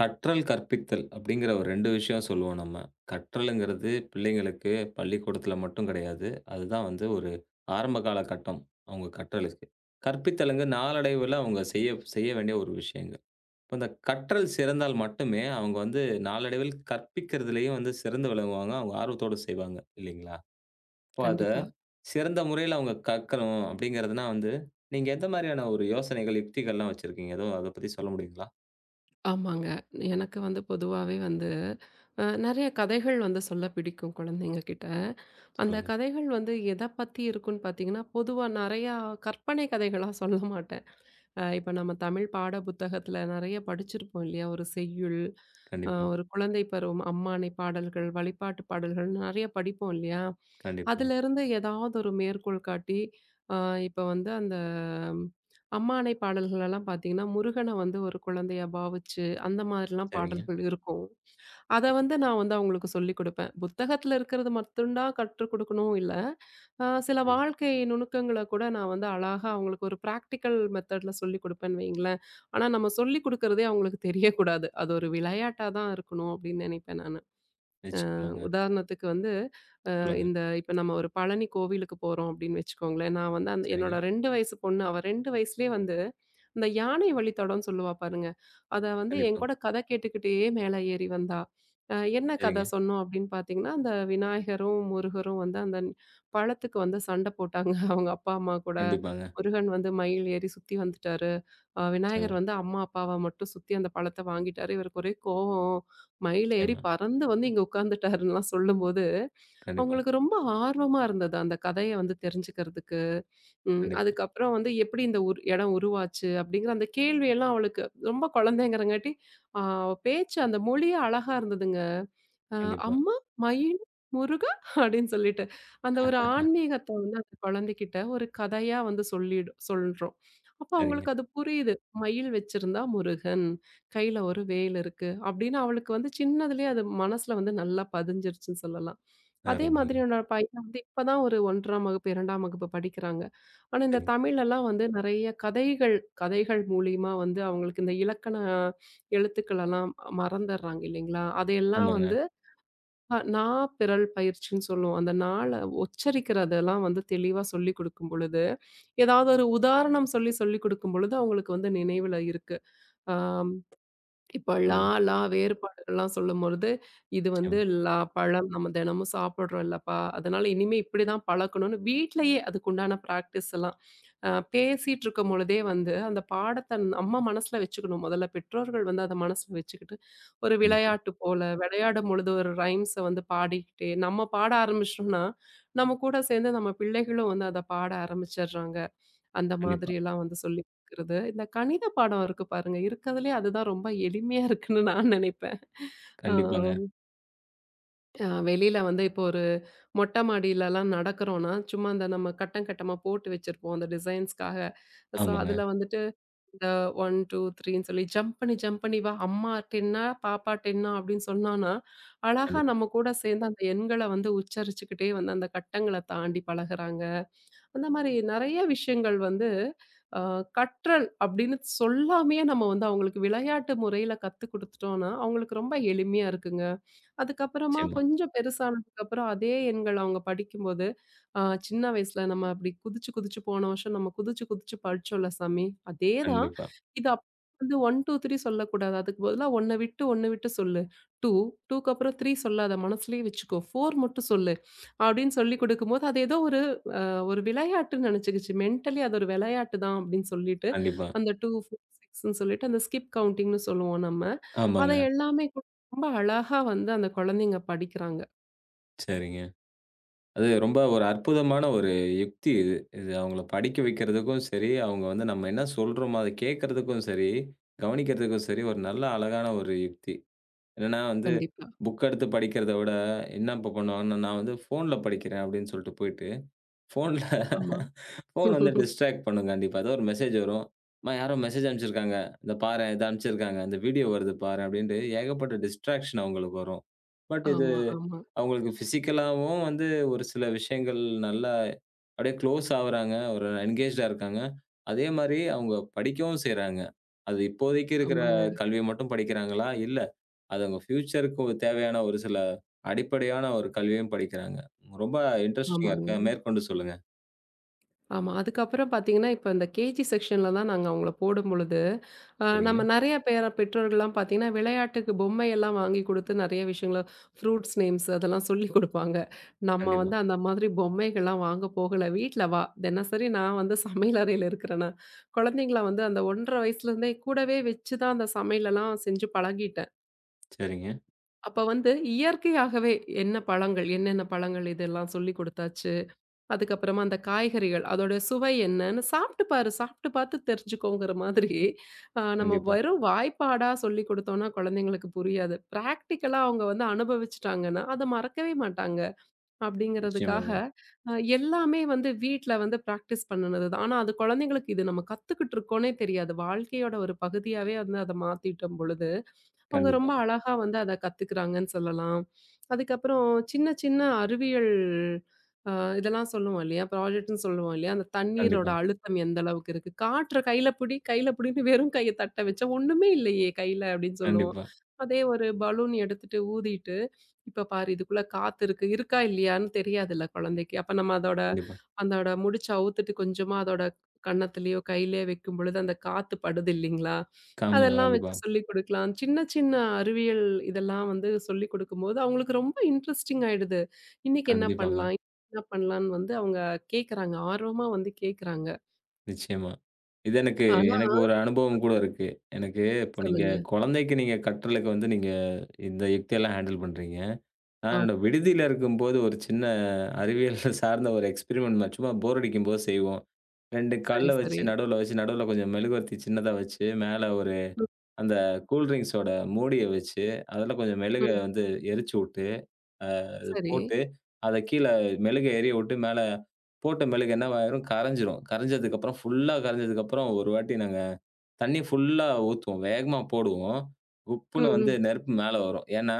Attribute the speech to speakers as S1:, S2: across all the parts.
S1: கற்றல், கற்பித்தல் அப்படிங்கிற ஒரு 2 விஷயம் சொல்லுவோம் நம்ம. கற்றல்ங்கிறது பிள்ளைங்களுக்கு பள்ளிக்கூடத்தில மட்டும் கிடையாது. அதுதான் வந்து ஒரு ஆரம்ப காலகட்டம் அவங்க கற்றலுக்கு. கற்பித்தல்ங்க நாளடைவில அவங்க செய்ய செய்ய வேண்டிய ஒரு விஷயங்கள். இப்ப இந்த கற்றல் சிறந்தால் மட்டுமே அவங்க வந்து நாளடைவில் கற்பிக்கிறதிலேயும் வந்து சிறந்து விளங்குவாங்க. அவங்க ஆர்வத்தோட செய்வாங்க இல்லைங்களா? இப்போ அத
S2: கண்டிப்பா.
S1: சிறந்த முறையில அவங்க கற்கணும் அப்படிங்கிறதுனா வந்து, நீங்க எந்த மாரியான ஒரு யோசனைகள், யுக்திகள்லாம் வச்சிருக்கீங்க? எதுவும் அத பத்தி சொல்ல முடியுங்களா?
S2: ஆமாங்க. எனக்கு பொதுவாவே நெறைய கதைகள் சொல்ல பிடிக்கும் குழந்தைங்க கிட்ட. அந்த
S1: சொல்லுங்க.
S2: கதைகள் எத பத்தி இருக்குன்னு பார்த்தீங்கன்னா, பொதுவா நெறையா கற்பனை கதைகளா சொல்ல மாட்டேன். இப்ப நம்ம தமிழ் பாட புத்தகத்துல நெறைய படிச்சிருப்போம் இல்லையா? ஒரு செய்யுள்,
S1: கண்டிப்பா,
S2: ஒரு குழந்தை பருவம், அம்மானை பாடல்கள், வழிபாட்டு பாடல்கள் நெறைய படிப்போம் இல்லையா?
S1: கண்டிப்பா.
S2: அதிலிருந்து ஏதாவது ஒரு மேற்கோள் காட்டி, அ இப்ப வந்து அந்த ம், அம்மானை பாடல்களெல்லாம் பார்த்தீங்கன்னா, முருகன ஒரு குழந்தையா பாவிச்சு, அந்த மாதிரிலாம்
S1: சரிங்க.
S2: பாடல்கள் இருக்கும். அத நான் அவங்களுக்கு சொல்லிக் குடுப்பேன். புத்தகத்துல இருக்கிறது மட்டும் தான் கற்றுக் குடுக்கணும் இல்ல. சில
S1: ம்.
S2: வாழ்க்கை நுணுக்கங்கள கூட நான் அழகா அவங்களுக்கு ஒரு பிராக்டிகல் மெத்தட்ல சொல்லிக் குடுப்பேன்னு வைங்களேன். ஆனா நம்ம சொல்லிக் குடுக்கிறதே அவங்களுக்கு தெரியக்கூடாது. அது ஒரு விளையாட்டா தான் இருக்கணும் அப்படின்னு நினைப்பேன் நானு.
S1: நிச்சயமாங்க.
S2: உதாரணத்துக்கு
S1: சொல்லுங்க.
S2: இப்ப நம்ம ஒரு பழனி கோவிலுக்கு போறோம் அப்படின்னு வச்சுக்கோங்களேன். நான் அந்த
S1: சரிங்க.
S2: என்னோட 2 வயசு பொண்ணு. அவ 2 வயசுலயே இந்த யானை வழி தடம்ன்னு சொல்லுவா பாருங்க. அத
S1: கண்டிப்பாங்க.
S2: என்கூட கதை கேட்டுக்கிட்டே மேல ஏறி வந்தா. என்ன கதை
S1: சரிங்க.
S2: சொன்னோம் அப்படின்னு பார்த்தீங்கன்னா, அந்த விநாயகரும், முருகரும் அந்த பழத்துக்கு சண்டை போட்டாங்க. அவங்க அப்பா, அம்மா கூட.
S1: கண்டிப்பாங்க.
S2: முருகன் மயில் ஏறி சுத்தி வந்துட்டாரு. விநாயகர்
S1: நிச்சயமா,
S2: அம்மா, அப்பாவ மட்டும் சுத்தி அந்த பழத்த வாங்கிட்டாரு. இவருக்கு ஒரே கோவம். மயில் ஏறி
S1: நிச்சயமா.
S2: பறந்து வந்து இங்க உட்கார்ந்துட்டாருன்னுலாம் சொல்லும்போது,
S1: கண்டிப்பா,
S2: அவங்களுக்கு ரொம்ப ஆர்வமா இருந்தது அந்த கதைய தெரிஞ்சுக்கிறதுக்கு.
S1: கண்டிப்பா,
S2: அதுக்கப்புறம் எப்படி இந்த இடம் உருவாச்சு அப்படிங்கிற அந்த கேள்வியெல்லாம் அவளுக்கு ரொம்ப குழந்தைங்கிறங்காட்டி, அவ பேச்சு அந்த மொழியே அழகா இருந்ததுங்க. அ
S1: கண்டிப்பா.
S2: "அம்மா, மயிலு, முருகா" அப்படின்னு சொல்லிட்டு. அந்த ஒரு ஆன்மீகத்த அந்த குழந்தைகிட்ட ஒரு கதையா சொல்றோம். அப்ப
S1: சரிங்க.
S2: அவங்களுக்கு அது புரியுது. மயில் வச்சிருந்தா முருகன், கையில ஒரு வேல் இருக்கு அப்படின்னு அவளுக்கு சின்னதுலயே அது மனசுல நல்லா பதிஞ்சிருச்சுன்னு சொல்லலாம். அதே மாதிரி
S1: அருமைங்க.
S2: என்னோட பையன் இப்ப தான் ஒரு 1ஆம் வகுப்பு, 2ஆம் வகுப்பு படிக்கிறாங்க. ஆனா, இந்த
S1: சரி.
S2: தமிழ்லலாம் நெறைய கதைகள் கதைகள் மூலியமா அவங்களுக்கு இந்த இலக்கண எழுத்துக்களெல்லாம் மறந்தர்றாங்க இல்லைங்களா? அதையெல்லாம்
S1: ஆமாங்க.
S2: அ நா, பிறல் பயிற்சின்னு சொல்லுவோம். அந்த நாள உச்சரிக்கிறதெல்லாம் தெளிவா சொல்லிக் குடுக்கும் பொழுது, ஏதாவது ஒரு உதாரணம் சொல்லி சொல்லிக் குடுக்கும் பொழுது அவங்களுக்கு நினைவுல இருக்கு. ஆ இப்ப லா,
S1: சொல்லுங்க.
S2: லா வேறுபாடுகள்லாம் சொல்லும்பொழுது, இது
S1: நிச்சயமா.
S2: லா பழம் நம்ம தினமும் சாப்பிடுறோம் இல்லப்பா, அதனால இனிமே இப்படிதான் பழக்கணும்னு வீட்லயே அதுக்குண்டான பிராக்டிஸ் எல்லாம் அ பேசிட்டுருக்கும் பொழுதே, அந்த பாடத்த நம்ம மனசுல வச்சுக்கணும். முதல்ல பெற்றோர்கள் அத மனசுல வச்சுக்கிட்டு, ஒரு
S1: கண்டிப்பா,
S2: விளையாட்டு போல விளையாடும் பொழுது ஒரு ரைம்ஸ பாடிக்கிட்டே நம்ம பாட ஆரம்பிச்சிட்டோம்னா, நம்ம கூட சேர்ந்து நம்ம பிள்ளைகளும் அத பாட ஆரம்பிச்சடுறாங்க. அந்த மாதிரி
S1: கண்டிப்பா,
S2: எல்லாம் சொல்லிக் குடுக்குறது. இந்த கணித பாடம் இருக்கு பாருங்க. இருக்கறதுலயே அதுதான் ரொம்ப எளிமையா இருக்குன்னு நான் நினைப்பேன். ஆ,
S1: கண்டிப்பாங்க.
S2: அ வெளியில இப்போ ஒரு மொட்டை மாடியிலலாம் நடக்கிறோம்னா, சும்மா அந்த நம்ம கட்டம் கட்டமா போட்டு வச்சிருப்போம் அந்த டிசைன்ஸ்க்காக. ஸோ,
S1: ஆமாங்க.
S2: அதுல வந்துட்டு இந்த 1, 2, 3ன்னு சொல்லி ஜம்ப் பண்ணி ஜம்ப் பண்ணி வா! அம்மா 10ஆ, பாப்பா 10ஆ அப்படின்னு சொன்னான்னா, அழகா
S1: கண்டிப்பா.
S2: நம்ம கூட சேர்ந்து அந்த எண்கள உச்சரிச்சுக்கிட்டே அந்த கட்டங்கள தாண்டி பழகுறாங்க. அந்த மாரி நெறைய விஷயங்கள் அ கற்றல் அப்படின்னு சொல்லாமயே நம்ம அவங்களுக்கு விளையாட்டு முறையில கத்து குடுத்துட்டோம்னா, அவங்களுக்கு ரொம்ப எளிமையா இருக்குங்க. அதுக்கப்புறமா
S1: நிச்சயமா.
S2: கொஞ்சம் பெருசானதுக்கப்புறம் அதே எண்கள் அவங்க படிக்கும்போது, அ சின்ன வயசுல நம்ம அப்படி குதிச்சு குதிச்சு போன வருஷம் நம்ம குதிச்சு குதிச்சு படிச்சோம்ல சாமி, அதே தான்.
S1: கண்டிப்பா,
S2: இது அப்ப 1, 2, 3 சொல்லக்கூடாது. அதுக்கு பதிலா 1 விட்டு 1 விட்டு சொல்லு. 2, 2க்கு அப்புறம் 3 சொல்லாத. மனசுலயே வச்சுக்கோ. 4 மட்டும் சொல்லு. அப்படின்னு சொல்லிக் குடுக்கும்போது, அது ஏதோ ஒரு ஒரு விளையாட்டுன்னு நெனச்சுக்கிச்சு. மென்டலி அது ஒரு விளையாட்டு தான் அப்படின்னு சொல்லிட்டு,
S1: கண்டிப்பா.
S2: அந்த 2, 4, 6ன்னு சொல்லிட்டு அந்த ஸ்கிப் கவுண்டிங்ன்னு சொல்லுவோம் நம்ம. அத
S1: ஆமாங்க.
S2: எல்லாமே கூட ரொம்ப அழகா அந்த குழந்தைங்க படிக்கிறாங்க.
S1: சரிங்க. அது ரொம்ப ஒரு அற்புதமான ஒரு யுக்தி இது. இது அவங்கள படிக்க வைக்கிறதுக்கும் சரி, அவங்க வந்து நம்ம என்ன சொல்றோமோ, அத கேட்கறதுக்கும் சரி, கவனிக்கிறதுக்கும் சரி, ஒரு நல்ல அழகான ஒரு யுக்தி. என்னன்னா வந்து,
S2: கண்டிப்பா.
S1: புக் எடுத்து படிக்கிறத விட, என்ன இப்ப பண்ணுவாங்கன்னா, நான் வந்து ஃபோன்ல படிக்கிறேன் அப்படின்னு சொல்லிட்டு போயிட்டு, ஃபோன்ல
S2: ஆமா.
S1: ஃபோன் வந்து டிஸ்ட்ராக்ட் பண்ணும் கண்டிப்பா. ஏதோ ஒரு மெசேஜ் வரும். அம்மா யாரோ மெசேஜ் அனுப்பிச்சிருக்காங்க. இத பாரேன், இத அனுப்பிச்சிருக்காங்க. இந்த வீடியோ வருது பாரேன் அப்படின்ட்டு ஏகப்பட்ட டிஸ்ட்ராக்ஷன் அவங்களுக்கு வரும். பட் இது
S2: ஆமா, ஆமா.
S1: அவங்களுக்கு பிசிக்கலாவும் வந்து ஒரு சில விஷயங்கள் நல்லா அப்படியே க்ளோஸ் ஆவுறாங்க. ஒரு என்கேஜ்டா இருக்காங்க. அதே மாரி அவங்க படிக்கவும் செய்றாங்க. அது இப்போதைக்கு இருக்கிற
S2: ஆமாங்க,
S1: கல்விய மட்டும் படிக்கிறாங்களா? இல்ல அது அவங்க ஃபியூச்சருக்கு தேவையான ஒரு சில அடிப்படையான ஒரு கல்வியும் படிக்கிறாங்க. ரொம்ப இன்ட்ரஸ்டிங்கா
S2: ஆமாங்க.
S1: இருக்கு. மேற்கொண்டு சொல்லுங்க.
S2: ஆமா. அதுக்கப்புறம் பார்த்தீங்கன்னா, இப்ப இந்த கேஜி செக்ஷன்ல தான் நாங்க அவங்கள போடும்பொழுது,
S1: சரிங்க.
S2: நம்ம நெறைய பேர பெற்றோர்கள்லாம் பார்த்தீங்கன்னா, விளையாட்டுக்கு பொம்மையெல்லாம் வாங்கி குடுத்து நெறைய விஷயங்கள ஃப்ரூட்ஸ் நேம்ஸ் அதெல்லாம் சொல்லிக் குடுப்பாங்க. நம்ம
S1: கண்டிப்பா.
S2: அந்த மாதிரி பொம்மைகள்லாம் வாங்க போகல. "வீட்ல வா" தினசரி நான் சமையல் அறையில இருக்கிறேனா, குழந்தைங்கள அந்த 1½ வயசுலேருந்தே கூடவே வச்சு தான் அந்த சமையலெல்லாம் செஞ்சு பழகிட்டேன்.
S1: சரிங்க.
S2: அப்ப இயற்கையாகவே என்ன பழங்கள், என்னென்ன பழங்கள் இதெல்லாம் சொல்லிக் குடுத்தாச்சு. அதுக்கப்புறமா அந்த காய்கறிகள், அதோட சுவை என்னன்னு சாப்பிட்டு பாரு, சாப்பிட்டு பார்த்து தெரிஞ்சுக்கோங்கிற மாதிரி, நம்ம
S1: கண்டிப்பா.
S2: வெறும் வாய்ப்பாடா சொல்லிக் குடுத்தோம்னா குழந்தைங்களுக்கு புரியாது. பிராக்டிகலா அவங்க அனுபவிச்சுட்டாங்கன்னா, அத மறக்கவே மாட்டாங்க. அப்படிங்கிறதுக்காக,
S1: நிச்சயமாங்க.
S2: எல்லாமே வீட்ல பிராக்டிஸ் பண்ணுனது தான். ஆனா, அது குழந்தைங்களுக்கு இது நம்ம கத்துக்கிட்டு இருக்கோன்னே தெரியாது. வாழ்க்கையோட ஒரு பகுதியாவே அத மாத்திட்டோம் பொழுது. அவங்க
S1: கண்டிப்பா,
S2: ரொம்ப அழகா அத கத்துக்கிறாங்கன்னு சொல்லலாம். அதுக்கப்புறம் சின்ன, சின்ன அறிவியல் அ இதெல்லாம் சொல்லுவோம் இல்லையா? ப்ராஜெக்ட்ன்னு சொல்லுவோம் இல்லையா? அந்த தண்ணீரோட
S1: கண்டிப்பா,
S2: அழுத்தம் எந்த அளவுக்கு இருக்கு? காற்ற கையில புடி, கையில புடின்னு வெறும் கைய தட்ட வச்சா, "ஒண்ணுமே இல்லையே கையில" அப்படின்னு சொல்லுவோம்.
S1: கண்டிப்பா,
S2: அதே ஒரு பலூன் எடுத்துட்டு ஊதிட்டு, "இப்ப பாரு இதுக்குள்ள காத்து இருக்கு. இருக்கா இல்லையான்னு தெரியாதுல்ல குழந்தைக்கு." அப்ப நம்ம அதோட
S1: கண்டிப்பா.
S2: அதோட முடிச்ச அவுத்துட்டு கொஞ்சமா அதோட கன்னத்துலயோ, கையிலயோ வைக்கும் பொழுது அந்த காத்து படுது இல்லைங்களா?
S1: ஆமாங்க.
S2: அதெல்லாம் வச்சு
S1: கண்டிப்பா.
S2: சொல்லிக் குடுக்கலாம். சின்ன, சின்ன அறிவியல் இதெல்லாம் சொல்லிக் குடுக்கும்போது, அவங்களுக்கு ரொம்ப இன்ட்ரஸ்டிங் ஆயிடுது. இன்னைக்கு என்ன
S1: கண்டிப்பாங்க.
S2: பண்ணலாம்? இன்னைக்கு என்ன பண்ணலான்னு அவங்க கேட்கறாங்க. ஆர்வமா கேட்கறாங்க.
S1: நிச்சயமா. இது எனக்கு
S2: ஆனா
S1: எனக்கு ஒரு அனுபவம் கூட இருக்கு. எனக்கு இப்ப நீங்க
S2: சொல்லுங்க.
S1: குழந்தைக்கு நீங்க கற்றலுக்கு வந்து நீங்க இந்த யுக்தியெல்லாம் ஹேண்டில் பண்றீங்க. நான்
S2: ஆமா.
S1: என்னோட விடுதியில இருக்கும்போது ஒரு சின்ன அறிவியல் சார்ந்த ஒரு எக்ஸ்பெரிமெண்ட் மாரி சும்மா போர் அடிக்கும்போது செய்வோம். 2
S2: சரி,
S1: கல்ல ம்.
S2: சரி.
S1: வச்சு நடுவுல வச்சு, நடுவுல கொஞ்சம் மெழுகுவர்த்தி சின்னதா வச்சு, மேல
S2: ம்,
S1: அந்த கூல் ட்ரிங்க்ஸோட மூடிய வச்சு, அதுல கொஞ்சம் மெழுக
S2: ம்.
S1: வந்து எரிச்சு வுட்டு, அ அது
S2: சரி.
S1: போட்டு, அத கீழ மெழுக எரிய வுட்டு, மேல போட்ட மெழுகு என்னவாயிரும் கரைஞ்சிரும். கரைஞ்சதுக்கப்புறம் ஃபுல்லா கரைஞ்சதுக்கப்புறம் ஒரு வாட்டி நாங்க தண்ணி ஃபுல்லா ஊத்துவோம். வேகமா போடுவோம்.
S2: ம்,
S1: உப்புன்னு வந்து
S2: ம்.
S1: நெருப்பு மேல வரும். ஏன்னா,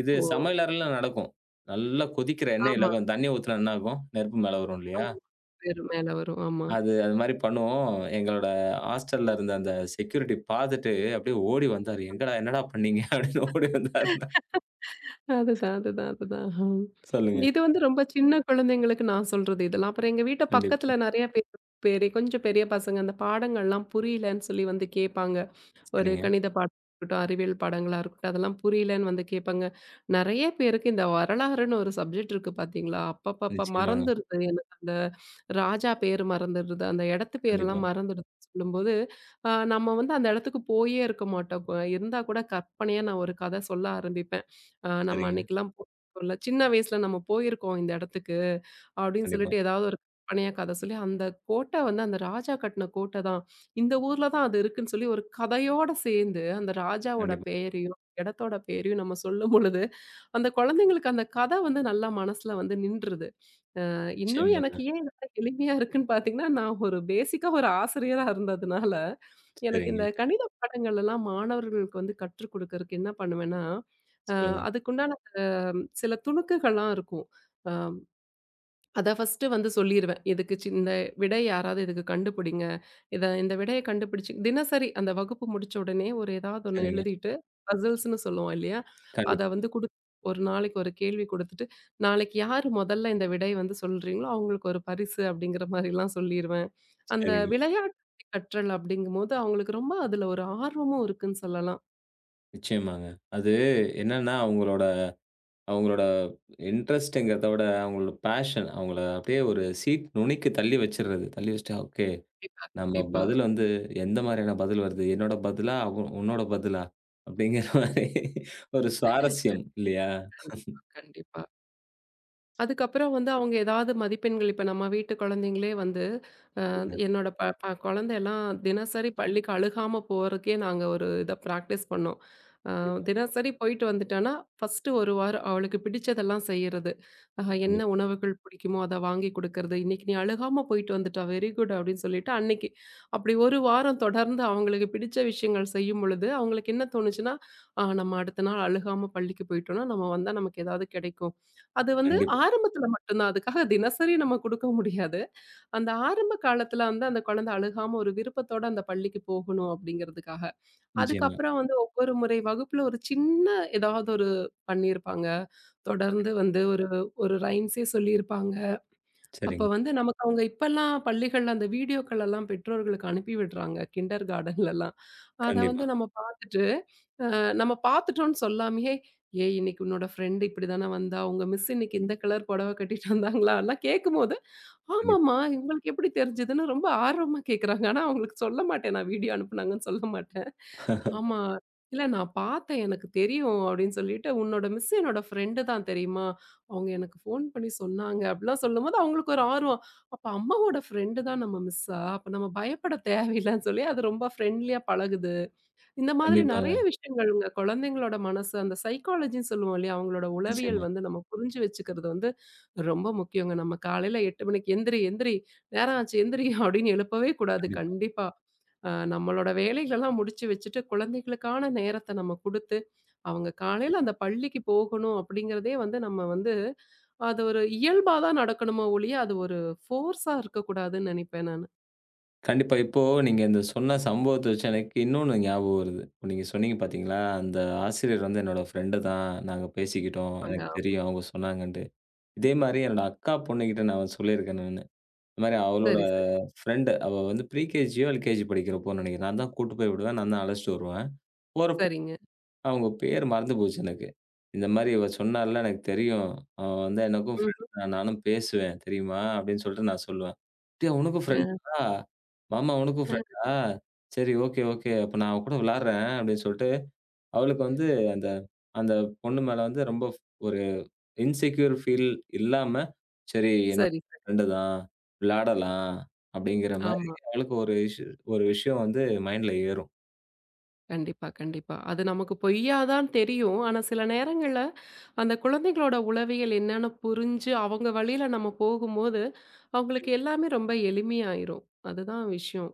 S1: இது
S2: ஓ!
S1: சமையலறையில நடக்கும். நல்லா கொதிக்கிற எண்ணெயில
S2: ஆமா,
S1: கொஞ்சம் தண்ணி ஊத்துனா என்ன ஆகும்? நெருப்பு மேல வரும் இல்லையா?
S2: ஆமா. வேறு மேல வரும். ஆமா.
S1: அது அது மாரி பண்ணுவோம். எங்களோட ஹாஸ்டல்ல இருந்த அந்த செக்யூரிட்டி பார்த்துட்டு அப்படியே ஓடி வந்தாரு. "எங்கடா என்னடா பண்ணீங்க?" அப்படின்னு ஓடி வந்தாருன்னா
S2: அதுதான், அதுதான், அதுதான். ம்.
S1: சொல்லுங்க.
S2: இது ரொம்ப சின்ன குழந்தைங்களுக்கு நான் சொல்றது இதெல்லாம். அப்புறம் எங்க வீட்டு
S1: கண்டிப்பா.
S2: பக்கத்துல நெறைய பேர் பெரிய பசங்க அந்த பாடங்கள்லாம் புரியலன்னு சொல்லி கேட்பாங்க. ஒரு
S1: சரிங்க.
S2: கணித பாடம் இருக்கட்டும், அறிவியல் பாடங்களா இருக்கட்டும், அதெல்லாம் புரியலன்னு கேட்பாங்க. நெறைய பேருக்கு இந்த வரலாறுன்னு ஒரு சப்ஜெக்ட் இருக்கு பார்த்தீங்களா? அப்பப்பப்பா
S1: நிச்சயமாங்க.
S2: மறந்துருது எனக்கு அந்த ராஜா பேரு மறந்துருது. அந்த இடத்து
S1: கண்டிப்பா.
S2: பேரெல்லாம் மறந்துடுது. சொல்லும்போது, நம்ம அந்த இடத்துக்கு போயே இருக்க மாட்டோம். இருந்தா கூட கற்பனையா நான் ஒரு கதை சொல்ல ஆரம்பிப்பேன். நம்ம
S1: சரிங்க.
S2: அன்னைக்கெல்லாம் போயிருக்கோம்ல சின்ன வயசுல நம்ம போயிருக்கோம் இந்த இடத்துக்கு. அப்படின்னு
S1: கண்டிப்பா,
S2: சொல்லிட்டு ஏதாவது ஒரு கற்பனையா கதை சொல்லி, அந்த கோட்டை அந்த ராஜா கட்டின கோட்டை தான். இந்த ஊர்ல தான் அது இருக்குன்னு சொல்லி ஒரு கதையோட சேர்ந்து அந்த ராஜாவோட
S1: கண்டிப்பா.
S2: பெயரையும், இடத்தோட பேரையும் நம்ம சொல்லும் பொழுது, அந்த குழந்தைங்களுக்கு அந்த கதை நல்லா மனசுல நின்றுது. இன்னும்
S1: நிச்சயமாங்க.
S2: எனக்கு ஏன் இதெல்லாம் எளிமையா இருக்குன்னு பார்த்தீங்கன்னா, நான் ஒரு பேசிக்கா ஒரு ஆசிரியரா இருந்ததுனால, எனக்கு
S1: சரிங்க.
S2: இந்த கணித பாடங்கள் எல்லாம் மாணவர்களுக்கு கற்றுக் குடுக்கறக்கு என்ன பண்ணுவேன்னா, அ
S1: சொல்லுங்க.
S2: அதுக்குண்டான சில துணுக்குகள்லாம் இருக்கும். அ அதான் ஃபர்ஸ்ட்டு சொல்லிருவேன். இதுக்கு இந்த விடை யாராவது இதுக்கு கண்டுபிடிங்க. இந்த விடைய கண்டுபிடிச்சு தினசரி அந்த வகுப்பு முடிச்ச உடனே ஒரு ஏதாவது ஒண்ணு
S1: சரிங்க.
S2: எழுதிட்டு, பசில்ஸ்ன்னு சொல்லுவோம் இல்லையா?
S1: கண்டிப்பா.
S2: அத வந்து குடுத் ஒரு நாளைக்கு ஒரு கேள்வி குடுத்துட்டு, நாளைக்கு யாரு முதல்ல இந்த விடை சொல்றீங்களோ, அவங்களுக்கு ஒரு பரிசு அப்படிங்கிற மாரிலாம் சொல்லிருவேன். அந்த
S1: சரிங்க.
S2: விளையாட்டு கற்றல் அப்படிங்கும்போது, அவங்களுக்கு ரொம்ப அதுல ஒரு ஆர்வமும் இருக்குன்னு சொல்லலாம்.
S1: நிச்சயமாங்க. அது என்னன்னா அவங்களோட அவங்களோட இன்ட்ரெஸ்ட்ங்கிறத விட அவங்களோட பேஷன் அவங்கள அப்படியே ஒரு சீட் நுனிக்கு தள்ளி வச்சுர்றது. தள்ளி வச்சுட்டு, "ஓகே.
S2: கண்டிப்பா,
S1: நம்ம
S2: கண்டிப்பா,
S1: பதில் வந்து எந்த மாரியான பதில் வருது? என்னோட பதிலா? உன்னோட பதிலா? அப்படிங்கிற மாரி ஒரு சுவாரஸ்யம் இல்லையா?
S2: கண்டிப்பா, கண்டிப்பா. அதுக்கப்புறம் அவங்க ஏதாவது மதிப்பெண்கள் இப்ப நம்ம வீட்டு குழந்தைங்களே
S1: சொல்லுங்க.
S2: என்னோட ப ப குழந்தையெல்லாம் தினசரி பள்ளிக்கு அழுகாம போறதுக்கே நாங்க ஒரு இத பிராக்டிஸ் பண்ணோம். அ
S1: கண்டிப்பா,
S2: தினசரி போயிட்டு வந்துட்டான்னா, ஃபர்ஸ்ட் 1 வாரம் அவளுக்கு பிடிச்சதெல்லாம் செய்யறது. என்ன
S1: கண்டிப்பா,
S2: உணவுகள் பிடிக்குமோ அத வாங்கி குடுக்கறது. "இன்னைக்கு நீ அழுகாம போயிட்டு வந்துட்டா, வெரி குட்" அப்படின்னு சொல்லிட்டு அன்னைக்கு அப்படி 1 வாரம் தொடர்ந்து அவங்களுக்கு பிடிச்ச விஷயங்கள் செய்யும் பொழுது, அவங்களுக்கு என்ன தோணுச்சுன்னா, "ஆ நம்ம அடுத்த நாள் அழுகாம பள்ளிக்கு போயிட்டோம்னா, நம்ம வந்தா நமக்கு ஏதாவது கிடைக்கும்." அது
S1: கண்டிப்பா.
S2: ஆரம்பத்துல மட்டும் தான். அதுக்காக தினசரி நம்ம குடுக்க முடியாது. அந்த ஆரம்ப காலத்துல அந்த குழந்தை அழுகாம ஒரு விருப்பத்தோட அந்த பள்ளிக்கு போகணும் அப்படிங்கிறதுக்காக.
S1: நிச்சயமா.
S2: அதுக்கப்புறம் ஒவ்வொரு முறை வகுப்புல ஒரு சின்ன ஏதாவது ஒரு பண்ணியிருப்பாங்க. தொடர்ந்து ஒரு ஒரு ரைம்ஸே சொல்லியிருப்பாங்க. அப்ப
S1: சரிங்க.
S2: நமக்கு அவங்க இப்பல்லாம் பள்ளிகள்ல அந்த வீடியோக்கள் எல்லாம் பெற்றோர்களுக்கு அனுப்பி விடுறாங்க. கிண்டர் கார்டன்லலாம். அத
S1: கண்டிப்பா,
S2: நம்ம பார்த்துட்டு, அ நம்ம பார்த்துட்டோம்ன்னு சொல்லாமயே, "ஏய் இன்னைக்கு உன்னோட ஃப்ரெண்ட் இப்படிதானே வந்தா? உங்க மிஸ் இன்னைக்கு இந்த கலர் புடவை கட்டிட்டு வந்தாங்களா?" எல்லாம் கேட்கும்போது
S1: கண்டிப்பா,
S2: ஆமாமா. உங்களுக்கு எப்படி தெரிஞ்சதுன்னு ரொம்ப ஆர்வமா கேட்குறாங்க. ஆனா அவங்களுக்கு சொல்ல மாட்டேன். நான் வீடியோ அனுப்புனாங்கன்னு சொல்ல மாட்டேன். ஆமா. இல்ல நான் பார்த்தேன். எனக்கு தெரியும் அப்படின்னு சொல்லிட்டு, "உன்னோட மிஸ் என்னோட ஃப்ரெண்டு தான் தெரியுமா? அவங்க எனக்கு ஃபோன் பண்ணி சொன்னாங்க." அப்படிலாம் சொல்லும்போது அவங்களுக்கு ஒரு ஆர்வம். அப்ப அம்மாவோட ஃப்ரெண்டு தான் நம்ம மிஸ்ஸா? அப்ப நம்ம பயப்பட தேவையில்லன்னு சொல்லி அது ரொம்ப ஃப்ரெண்ட்லியா பழகுது. இந்த மாதிரி
S1: கண்டிப்பாங்க.
S2: நெறைய விஷயங்கள்ங்க. குழந்தைங்களோட மனசு அந்த சைக்காலஜின்னு சொல்லுவோம் இல்லையா? அவங்களோட உளவியல்
S1: நிச்சயமா.
S2: நம்ம புரிஞ்சு வச்சுக்கிறது ரொம்ப முக்கியங்க. நம்ம காலையில 8 மணிக்கு எந்திரி, எந்திரி நேரம் ஆச்சு எந்திரி அப்படின்னு எழுப்பவே கூடாது
S1: கண்டிப்பா,
S2: கண்டிப்பா. நம்மளோட வேலைகளெல்லாம் முடிச்சு வச்சுட்டு, குழந்தைகளுக்கான நேரத்த நம்ம குடுத்து, அவங்க காலையில
S1: கண்டிப்பா.
S2: அந்த பள்ளிக்கு போகணும் அப்படிங்கிறதே நம்ம வந்து அது ஒரு இயல்பா தான் நடக்கணுமோ ஒழிய, அது ஒரு ஃபோர்ஸா இருக்கக்கூடாதுன்னு நெனைப்பேன் நானு.
S1: கண்டிப்பா. இப்போ நீங்க இந்த சொன்ன சம்பவத்த வச்சு எனக்கு இன்னொன்னு ஞாபகம் வருது. இப்ப நீங்க சொன்னீங்க பார்த்தீங்களா? அந்த ஆசிரியர் வந்து என்னோட ஃப்ரெண்டு தான். நாங்க பேசிக்கிட்டோம்.
S2: அங்க
S1: எனக்கு தெரியும் அவங்க சொன்னாங்கன்ட்டு. இதே மாரி என்னோட அக்கா பொண்ணுகிட்ட நான் சொல்லியிருக்கேன் நானு. இந்த மாரி அவளோட
S2: சரி, சரி.
S1: ஃப்ரெண்டு அவ வந்து ப்ரீகேஜியோ, எல்கேஜி படிக்கிறப்போன்னு நெனைக்கிறேன். நான் தான் கூட்டு போய் விடுவேன். நான் தான் அழைச்சுட்டு வருவேன். போறப்போ
S2: சரிங்க.
S1: அவங்க பேர் மறந்து போச்சு எனக்கு. இந்த மாரி இவ சொன்னால்ல எனக்கு தெரியும். அவ வந்து எனக்கும் ஃப்ரெண்ட்
S2: ம்.
S1: தான். நானும் பேசுவேன் தெரியுமா? அப்படின்னு சொல்லிட்டு நான் சொல்லுவேன். "அப்டியா உனக்கும்
S2: அ,
S1: ஃப்ரெண்டா? மாமா உனக்கும்
S2: அ.
S1: ஃப்ரெண்டா? சரி ஓகே, ஓகே. அப்ப நான் அவ கூட விளையாடுறேன்" அப்படின்னு சொல்லிட்டு அவளுக்கு வந்து அந்த அந்த பொண்ணு மேல வந்து ரொம்ப ஒரு இன்செக்யூர் ஃபீல் இல்லாம, சரி என்னோட
S2: சரி, சரி.
S1: ஃப்ரெண்டு தான், விளையாடலாம் அப்படிங்கிற மாரி
S2: ஆமா.
S1: அவளுக்கு ஒரு விஷயம் வந்து மைண்ட்ல ஏறும்.
S2: கண்டிப்பா, கண்டிப்பா. அது நமக்கு பொய்யா தான் தெரியும். ஆனா, சில நேரங்கள்ல அந்த குழந்தைகளோட உளவியல் என்னன்னு புரிஞ்சு, அவங்க வழியில நம்ம போகும்போது, அவங்களுக்கு எல்லாமே ரொம்ப எளிமையாயிரும். அதுதான் விஷயம்.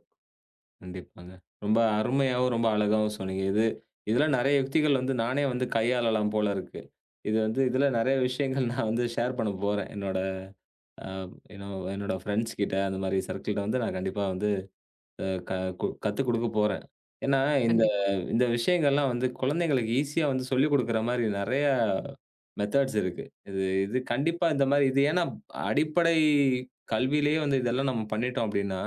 S1: கண்டிப்பாங்க. ரொம்ப அருமையாவும், ரொம்ப அழகாவும் சொன்னீங்க. இது இதெல்லாம் நெறைய யுக்திகள் வந்து நானே வந்து கையாளலாம் போல இருக்கு. இது வந்து இதில நெறைய விஷயங்கள் நான் வந்து ஷேர் பண்ண போறேன். என்னோட அ என்னோ என்னோட ஃப்ரெண்ட்ஸ் கிட்ட அந்த மாரி சர்க்கிள்ட்ட வந்து நான் கண்டிப்பா வந்து அ க கு கத்துக் குடுக்க போறேன். ஏன்னா, ம். இந்த
S2: கண்டிப்பா.
S1: இந்த விஷயங்கள்லாம் வந்து குழந்தைங்களுக்கு ஈஸியா வந்து சொல்லிக் குடுக்குற மாரி நெறைய மெத்தட்ஸ் இருக்கு. இது இது கண்டிப்பா இந்த மாரி இது ஏன்னா அடிப்படை கல்வியிலேயே வந்து இதெல்லாம் நம்ம பண்ணிட்டோம் அப்டின்னா,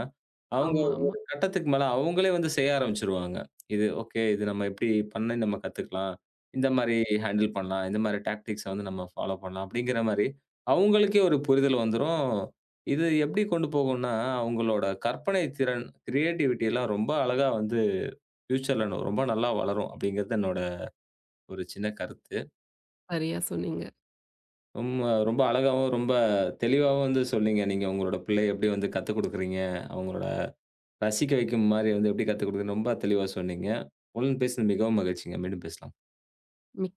S1: அவங்க
S2: ஆமா, ஆமா.
S1: ஒரு கட்டத்துக்கு மேல அவங்களே வந்து செய்ய ஆரம்பிச்சுருவாங்க. இது ஓகே. இது நம்ம இப்டி பண்ணி நம்ம கத்துக்கலாம். இந்த மாரி ஹேண்டில் பண்ணலாம். இந்த மாரி டாக்டிக்ஸ வந்து நம்ம ஃபாலோ பண்ணலாம் அப்டிங்கிற மாரி அவங்களுக்கே ஒரு புரிதல் வந்துரும். இது எப்டி கொண்டு போகும்னா, அவங்களோட கற்பனை திறன் கிரியேட்டிவிட்டி எல்லாம் ரொம்ப அழகா வந்து ஃபியூச்சர்ல ரொம்ப நல்லா வளரும் அப்படிங்கிறது என்னோட ஒரு சின்ன கருத்து.
S2: சரியா சொன்னீங்க.
S1: ரொம்ப ரொம்ப அழகாவும், ரொம்ப தெளிவாவும் வந்து சொன்னீங்க. நீங்க உங்களோட பிள்ளைய எப்படி வந்து கத்துக் குடுக்குறீங்க, அவங்களோட ரசிக்க வைக்கும் மாரி வந்து எப்படி கத்துக் குடுக்குறீங்கன்னு ரொம்ப தெளிவா சொன்னீங்க. உங்களுடன் பேசினது மிகவும் மகிழ்ச்சிங்க. மீண்டும் பேசலாம்.
S2: மிக்க